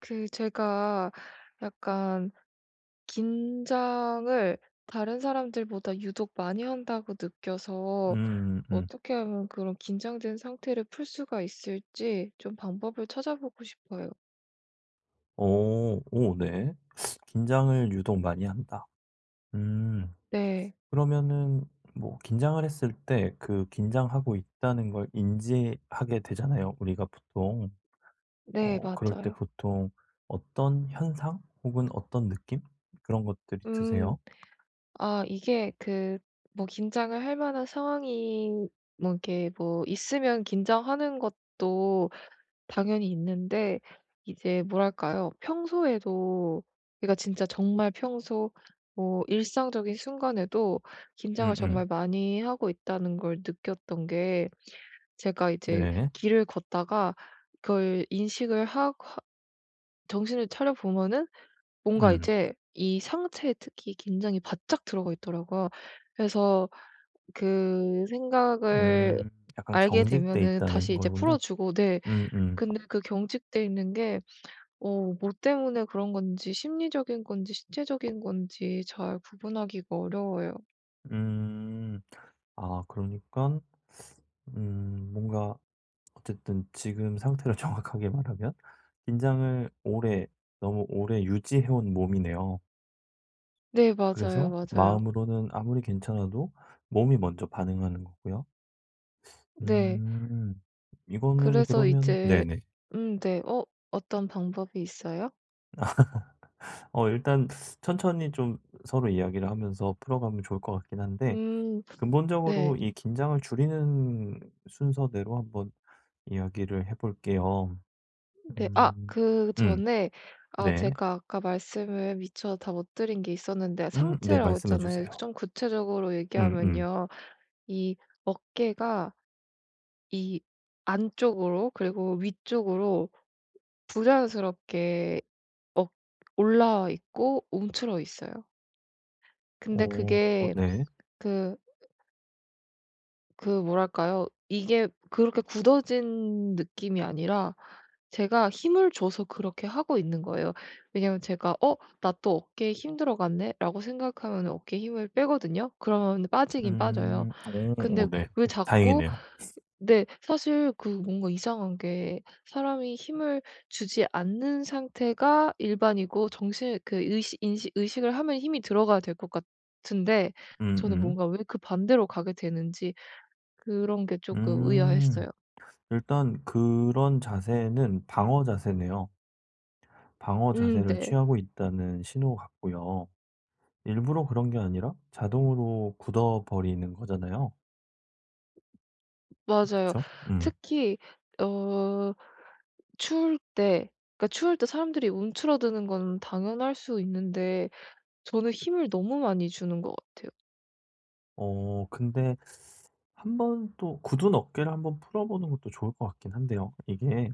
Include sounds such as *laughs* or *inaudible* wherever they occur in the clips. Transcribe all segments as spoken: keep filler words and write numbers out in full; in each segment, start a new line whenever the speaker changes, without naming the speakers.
그 제가 약간 긴장을 다른 사람들보다 유독 많이 한다고 느껴서
음 음.
어떻게 하면 그런 긴장된 상태를 풀 수가 있을지 좀 방법을 찾아보고 싶어요.
오 오 네. 긴장을 유독 많이 한다. 음.
네.
그러면은 뭐 긴장을 했을 때 그 긴장하고 있다는 걸 인지하게 되잖아요. 우리가 보통
네,
어 그럴 때
맞아요.
보통 어떤 현상 혹은 어떤 느낌 그런 것들이
음.
드세요?
아 이게 그 뭐 긴장을 할 만한 상황이 뭐 이게 뭐 있으면 긴장하는 것도 당연히 있는데 이제 뭐랄까요? 평소에도 그러니까 진짜 정말 평소 뭐 일상적인 순간에도 긴장을
음음.
정말 많이 하고 있다는 걸 느꼈던 게 제가 이제
네.
길을 걷다가 그걸 인식을 하 하 정신을 차려 보면은 뭔가
음.
이제 이 상체에 특히 긴장이 바짝 들어가 있더라고요. 그래서 그 생각을
음. 약간
알게
경직돼
되면은 다시
있다는
이제
거군요.
풀어주고 네
음음. 음.
근데 그 경직돼 있는 게 어 뭐 때문에 그런 건지 심리적인 건지 신체적인 건지 잘 구분하기가 어려워요.
음, 아 그러니깐 음 뭔가 어쨌든 지금 상태를 *laughs* 정확하게 말하면 긴장을 오래 너무 오래 유지해 온 몸이네요.
네 맞아요,
그래서
맞아요.
마음으로는 아무리 괜찮아도 몸이 먼저 반응하는 거고요.
네.
음. 이거는
그래서
그러면
이제
네네.
음 네. 어 어떤 방법이 있어요?
어 일단 천천히 좀 서로 이야기를 하면서 풀어가면 좋을 것 같긴 한데
음 네.
근본적으로 이 긴장을 줄이는 순서대로 한번 이야기를 해 볼게요.
네. 아
음. 음.
그전에 아
네.
제가 아까 말씀을 미처 다 못 드린 게 있었는데
음 네
상체라고
말씀해
했잖아요.
주세요.
좀 구체적으로
음음.
얘기하면요. 이 어깨가 이 안쪽으로 그리고 위쪽으로 부자연스럽게 올라와 있고 움츠러 있어요. 근데
어
그게
네.
그 그 뭐랄까요? 이게 그렇게 굳어진 느낌이 아니라 제가 힘을 줘서 그렇게 하고 있는 거예요. 왜냐면 제가 '어 나 또 어깨에 힘 들어갔네.'라고 생각하면 어깨에 힘을 빼거든요. 그러면 빠지긴 빠져요.
음. 어
근데
어 네.
왜
네.
자꾸
다행이네요.
근데 사실 그 뭔가 이상한 게 사람이 힘을 주지 않는 상태가 일반이고 정신 그 의식 인식 의식을 하면 힘이 들어가야 될 것 같은데 저는
음음.
뭔가 왜 그 반대로 가게 되는지 그런 게
음.
조금 의아했어요.
음. 일단 그런 자세는 방어 자세네요. 방어
음
자세를
네.
취하고 있다는 신호 같고요. 일부러 그런 게 아니라 자동으로 굳어버리는 거잖아요.
맞아요.
그쵸? 음.
특히 어 추울 때 그러니까 추울 때 사람들이 움츠러드는 건 당연할 수 있는데 저는 힘을 너무 많이 주는 것 같아요.
어 근데 한 번 또 굳은 어깨를 한 번 풀어보는 것도 좋을 것 같긴 한데요. 이게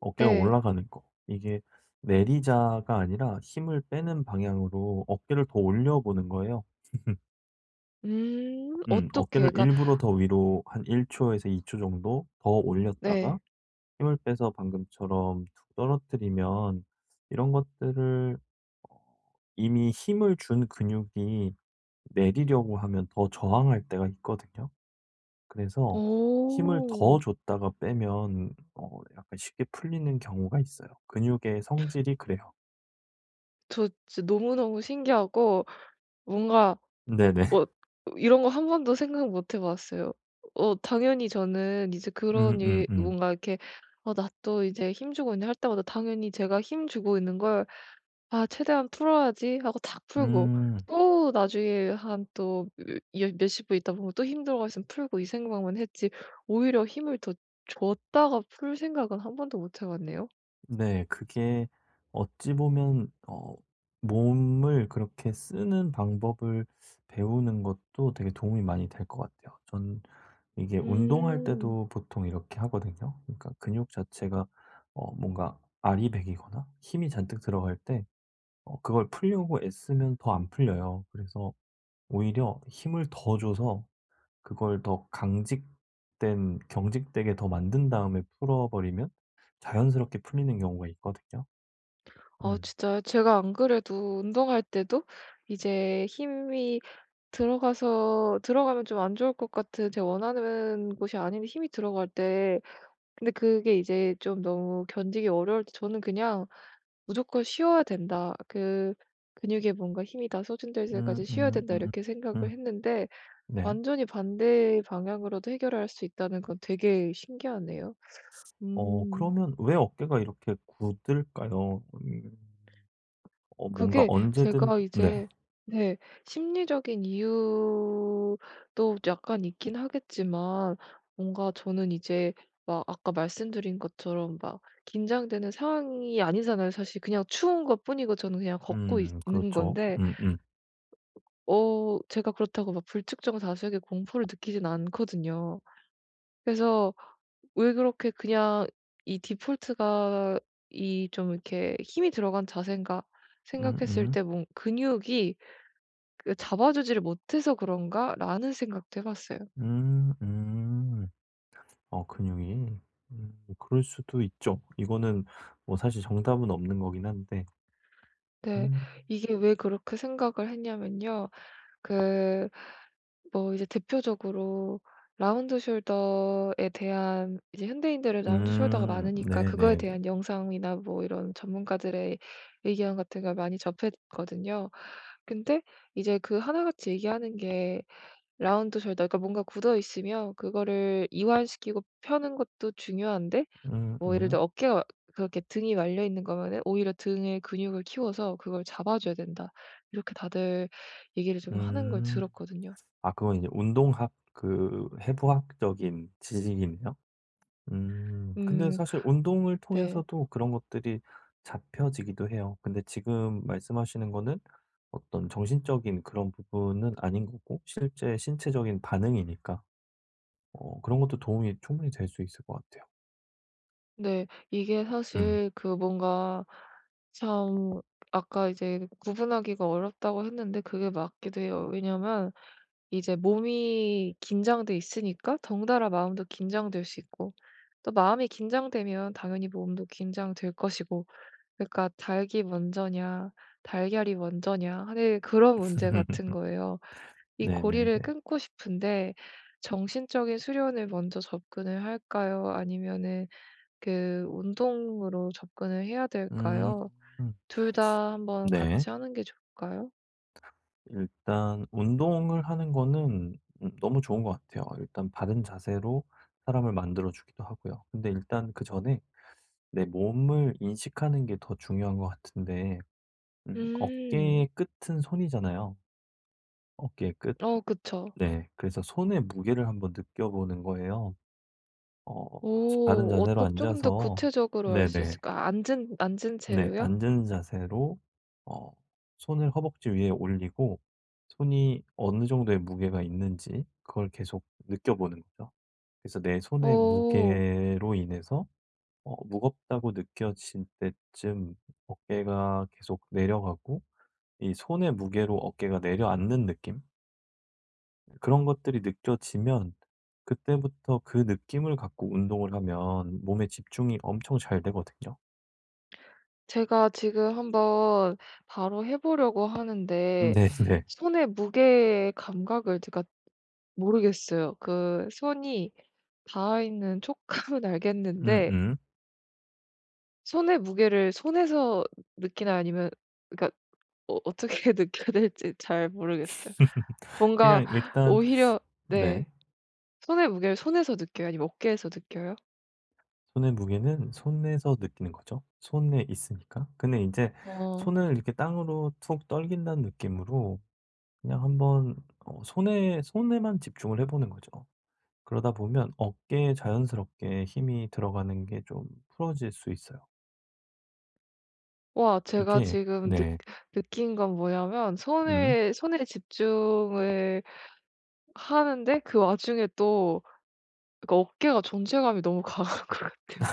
어깨가
네.
올라가는 거. 이게 내리자가 아니라 힘을 빼는 방향으로 어깨를 더 올려보는 거예요. *laughs*
음
음,
어떻게
어깨를
그러니까
일부러 더 위로 한 일 초에서 이 초 정도 더 올렸다가
네.
힘을 빼서 방금처럼 툭 떨어뜨리면 이런 것들을 어 이미 힘을 준 근육이 내리려고 하면 더 저항할 때가 있거든요. 그래서 힘을
오.
더 줬다가 빼면 어 약간 쉽게 풀리는 경우가 있어요. 근육의 성질이 그래요.
저 진짜 너무너무 신기하고 뭔가
네네. *laughs*
어 이런 거 한 번도 생각 못해 봤어요. 어 당연히 저는 이제
음음음.
그런
음.
일
음.
뭔가 이렇게 '어 나 또 이제 힘 주고 있네.' 할 때마다 당연히 제가 힘 주고 있는 걸 '아 최대한 풀어야지.' 하고 다 풀고
음,
또 나중에 한 또 몇십 분 있다 보면 또 힘들어가 있으면 풀고 이 생각만 했지 오히려 힘을 더 줬다가 풀 생각은 한 번도 못해 봤네요.
네. 그게 어찌 보면 어 몸을 그렇게 쓰는 방법을 배우는 것도 되게 도움이 많이 될 것 같아요. 전 이게 운동할
음.
때도 보통 이렇게 하거든요. 그러니까 근육 자체가 어 뭔가 아리백이거나 힘이 잔뜩 들어갈 때 어 그걸 풀려고 애쓰면 더 안 풀려요. 그래서 오히려 힘을 더 줘서 그걸 더 강직된 경직되게 더 만든 다음에 풀어 버리면 자연스럽게 풀리는 경우가 있거든요.
아
음.
진짜요? 제가 안 그래도 운동할 때도 이제 힘이 들어가서 들어가면 좀 안 좋을 것 같은 제가 원하는 곳이 아닌데 힘이 들어갈 때 근데 그게 이제 좀 너무 견디기 어려울 때 저는 그냥 '무조건 쉬어야 된다. 그 근육에 뭔가 힘이 다 소진될
음
때까지 쉬어야
음
된다.'
음
이렇게 생각을
음.
했는데
네.
완전히 반대 방향으로도 해결할 수 있다는 건 되게 신기하네요.
어
음.
그러면 왜 어깨가 이렇게 굳을까요? 음. 어 뭔가
그게
언제든
제가
네.
이제 네. 심리적인 이유도 약간 있긴 하겠지만 뭔가 저는 이제 막 아까 말씀드린 것처럼 막 긴장되는 상황이 아니잖아요. 사실 그냥 추운 것뿐이고 저는 그냥 걷고 있
음
있는
그렇죠.
건데
음음.
어 제가 그렇다고 막 불특정 다수에게 공포를 느끼진 않거든요. 그래서 왜 그렇게 그냥 이 디폴트가 이 좀 이렇게 힘이 들어간 자세인가 생각했을
음음.
때 뭔 근육이 그 '잡아주지를 못해서 그런가?'라는 생각도 해 봤어요.
음 음. 음, 음. 어 근육이. 음 그럴 수도 있죠. 이거는 뭐 사실 정답은 없는 거긴 한데.
네,
음.
이게 왜 그렇게 생각을 했냐면요. 그 뭐 이제 대표적으로 라운드 숄더에 대한 이제 현대인들은 라운드 숄더가
음
많으니까 그거에
네네네.
대한 영상이나 뭐 이런 전문가들의 의견 같은 걸 많이 접했거든요. 근데 이제 그 하나같이 얘기하는 게 라운드 숄더 그러니까 뭔가 굳어 있으면 그거를 이완시키고 펴는 것도 중요한데 뭐 예를
음음.
들어 어깨가 그렇게 등이 말려 있는 거면은 오히려 등의 근육을 키워서 그걸 잡아줘야 된다. 이렇게 다들 얘기를 좀 하는 걸
음.
들었거든요.
아 그건 이제 운동학 그 해부학적인 지식이네요. 음. 근데
음
사실 운동을
네.
통해서도 그런 것들이 잡혀지기도 해요. 근데 지금 말씀하시는 거는 어떤 정신적인 그런 부분은 아닌 거고 실제 신체적인 반응이니까 어 그런 것도 도움이 충분히 될 수 있을 것 같아요.
네. 이게
음.
사실 그 뭔가 참 아까 이제 구분하기가 어렵다고 했는데 그게 맞기도 해요. 왜냐면 이제 몸이 긴장돼 있으니까 덩달아 마음도 긴장될 수 있고 또 마음이 긴장되면 당연히 몸도 긴장될 것이고 그러니까 닭이 먼저냐 달걀이 먼저냐 하는 그런 문제 같은
*laughs*
거예요. 이 고리를
네네네.
끊고 싶은데 정신적인 수련을 먼저 접근을 할까요? 아니면은 그 운동으로 접근을 해야
음.
될까요? 둘 다 한번
네.
같이 하는 게 좋을까요?
일단 운동을 하는 거는 음 너무 좋은 것 같아요. 일단 바른 자세로 사람을 만들어 주기도 하고요. 근데 일단 그전에 내 몸을 인식하는 게 더 중요한 것 같은데 음
음.
어깨의 끝은 손이잖아요. 어깨의 끝.
어 그쵸.
네. 그래서 손의 무게를 한번 느껴보는 거예요. 어 바른
오.
자세로
어떻 조금 더
앉아서
구체적으로 알 수
네네.
있을까? 앉은 앉은
네.
채로요?
앉은 자세로 어 손을 허벅지 위에 올리고 손이 어느 정도의 무게가 있는지 그걸 계속 느껴보는 거죠. 그래서 내 손의
오...
무게로 인해서 어 무겁다고 느껴질 때쯤 어깨가 계속 내려가고 이 손의 무게로 어깨가 내려앉는 느낌? 그런 것들이 느껴지면 그때부터 그 느낌을 갖고 운동을 하면 몸에 집중이 엄청 잘 되거든요.
제가 지금 한번 바로 해 보려고 하는데
네네.
손의 무게 감각을 제가 모르겠어요. 그 손이 닿아 있는 촉감은 *laughs* 알겠는데
음음.
손의 무게를 손에서 느끼나 아니면 그러니까 어 어떻게 *laughs* 느껴야 될지 잘 모르겠어요. 뭔가
그냥 일단
오히려
네.
네. 손의 무게를 손에서 느껴요? 아니면 어깨에서 느껴요?
손의 무게는 손에서 느끼는 거죠. 손에 있으니까. 근데 이제
어.
손을 이렇게 땅으로 툭 떨긴다는 느낌으로 그냥 한번 어 손에 손에만 집중을 해 보는 거죠. 그러다 보면 어깨에 자연스럽게 힘이 들어가는 게 좀 풀어질 수 있어요.
와 제가
이게
지금 느
네.
느낀 건 뭐냐면
음.
손을 손에 집중을 하는데 그 와중에 또 그러니까 어깨가 존재감이 너무 *laughs* 강한 것 같아요.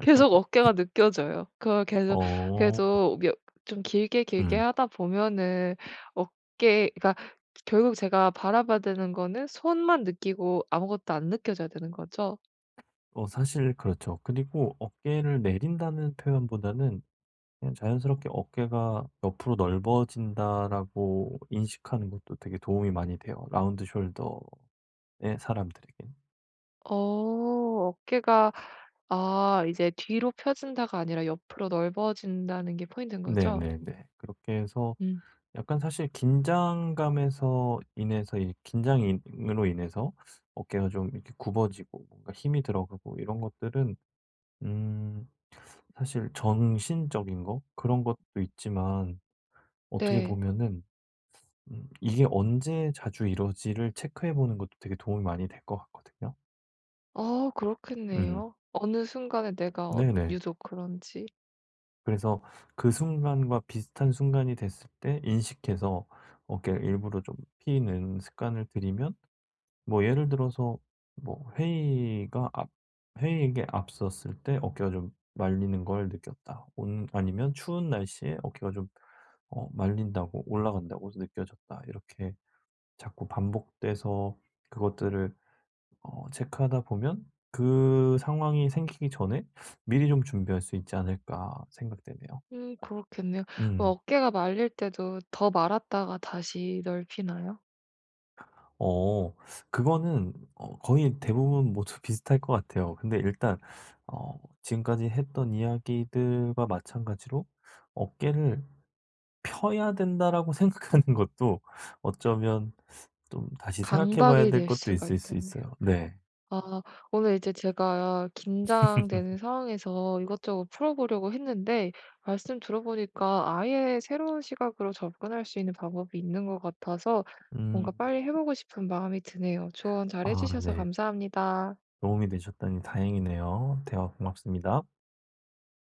계속 어깨가 느껴져요. 그걸 계속
어.
계속 몇 좀 길게 길게
음.
하다 보면은 어깨 그러니까 결국 제가 바라봐야 되는 거는 손만 느끼고 아무것도 안 느껴져야 되는 거죠?
어 사실 그렇죠. 그리고 어깨를 내린다는 표현보다는 그냥 자연스럽게 '어깨가 옆으로 넓어진다.'라고 인식하는 것도 되게 도움이 많이 돼요, 라운드 숄더의 사람들에게.
어 어깨가 아 이제 뒤로 펴진다가 아니라 옆으로 넓어진다는 게 포인트인 거죠?
네네네. 그렇게 해서
음.
약간 사실 긴장감에서 인해서 이 긴장으로 인해서 어깨가 좀 이렇게 굽어지고 뭔가 힘이 들어가고 이런 것들은 음 사실 정신적인 거 그런 것도 있지만 어떻게
네.
보면은 음 이게 언제 자주 이러지를 체크해 보는 것도 되게 도움이 많이 될 것 같거든요.
어
음.
그렇겠네요. 어느 순간에 내가 어
네네.
유독 그런지.
그래서 그 순간과 비슷한 순간이 됐을 때 인식해서 어깨를 일부러 좀 피는 습관을 들이면 뭐 예를 들어서 뭐 회의가 앞 회의에 앞섰을 때 어깨가 좀 말리는 걸 느꼈다. 온 아니면 추운 날씨에 어깨가 좀 어 말린다고 올라간다고 느껴졌다. 이렇게 자꾸 반복돼서 그것들을 어 체크하다 보면 그 상황이 생기기 전에 미리 좀 준비할 수 있지 않을까 생각되네요.
음 그렇겠네요. 그
음.
어깨가 말릴 때도 더 말았다가 다시 넓히나요?
어 그거는 어 거의 대부분 모두 *laughs* 비슷할 것 같아요. 근데 일단 어 지금까지 했던 이야기들과 마찬가지로 '어깨를 펴야 된다.'라고 *laughs* 생각하는 것도 어쩌면 좀 다시 생각해 봐야
강박이
될
될
것도
수가
있을 수
있겠네요.
있어요. 네.
아 오늘 이제 제가 긴장되는 상황에서 이것저것 풀어보려고 했는데 말씀 들어보니까 아예 새로운 시각으로 접근할 수 있는 방법이 있는 것 같아서
음.
뭔가 빨리 해 보고 싶은 마음이 드네요. 조언 잘해
아
주셔서
네.
감사합니다.
도움이 되셨다니 다행이네요. 대화 고맙습니다.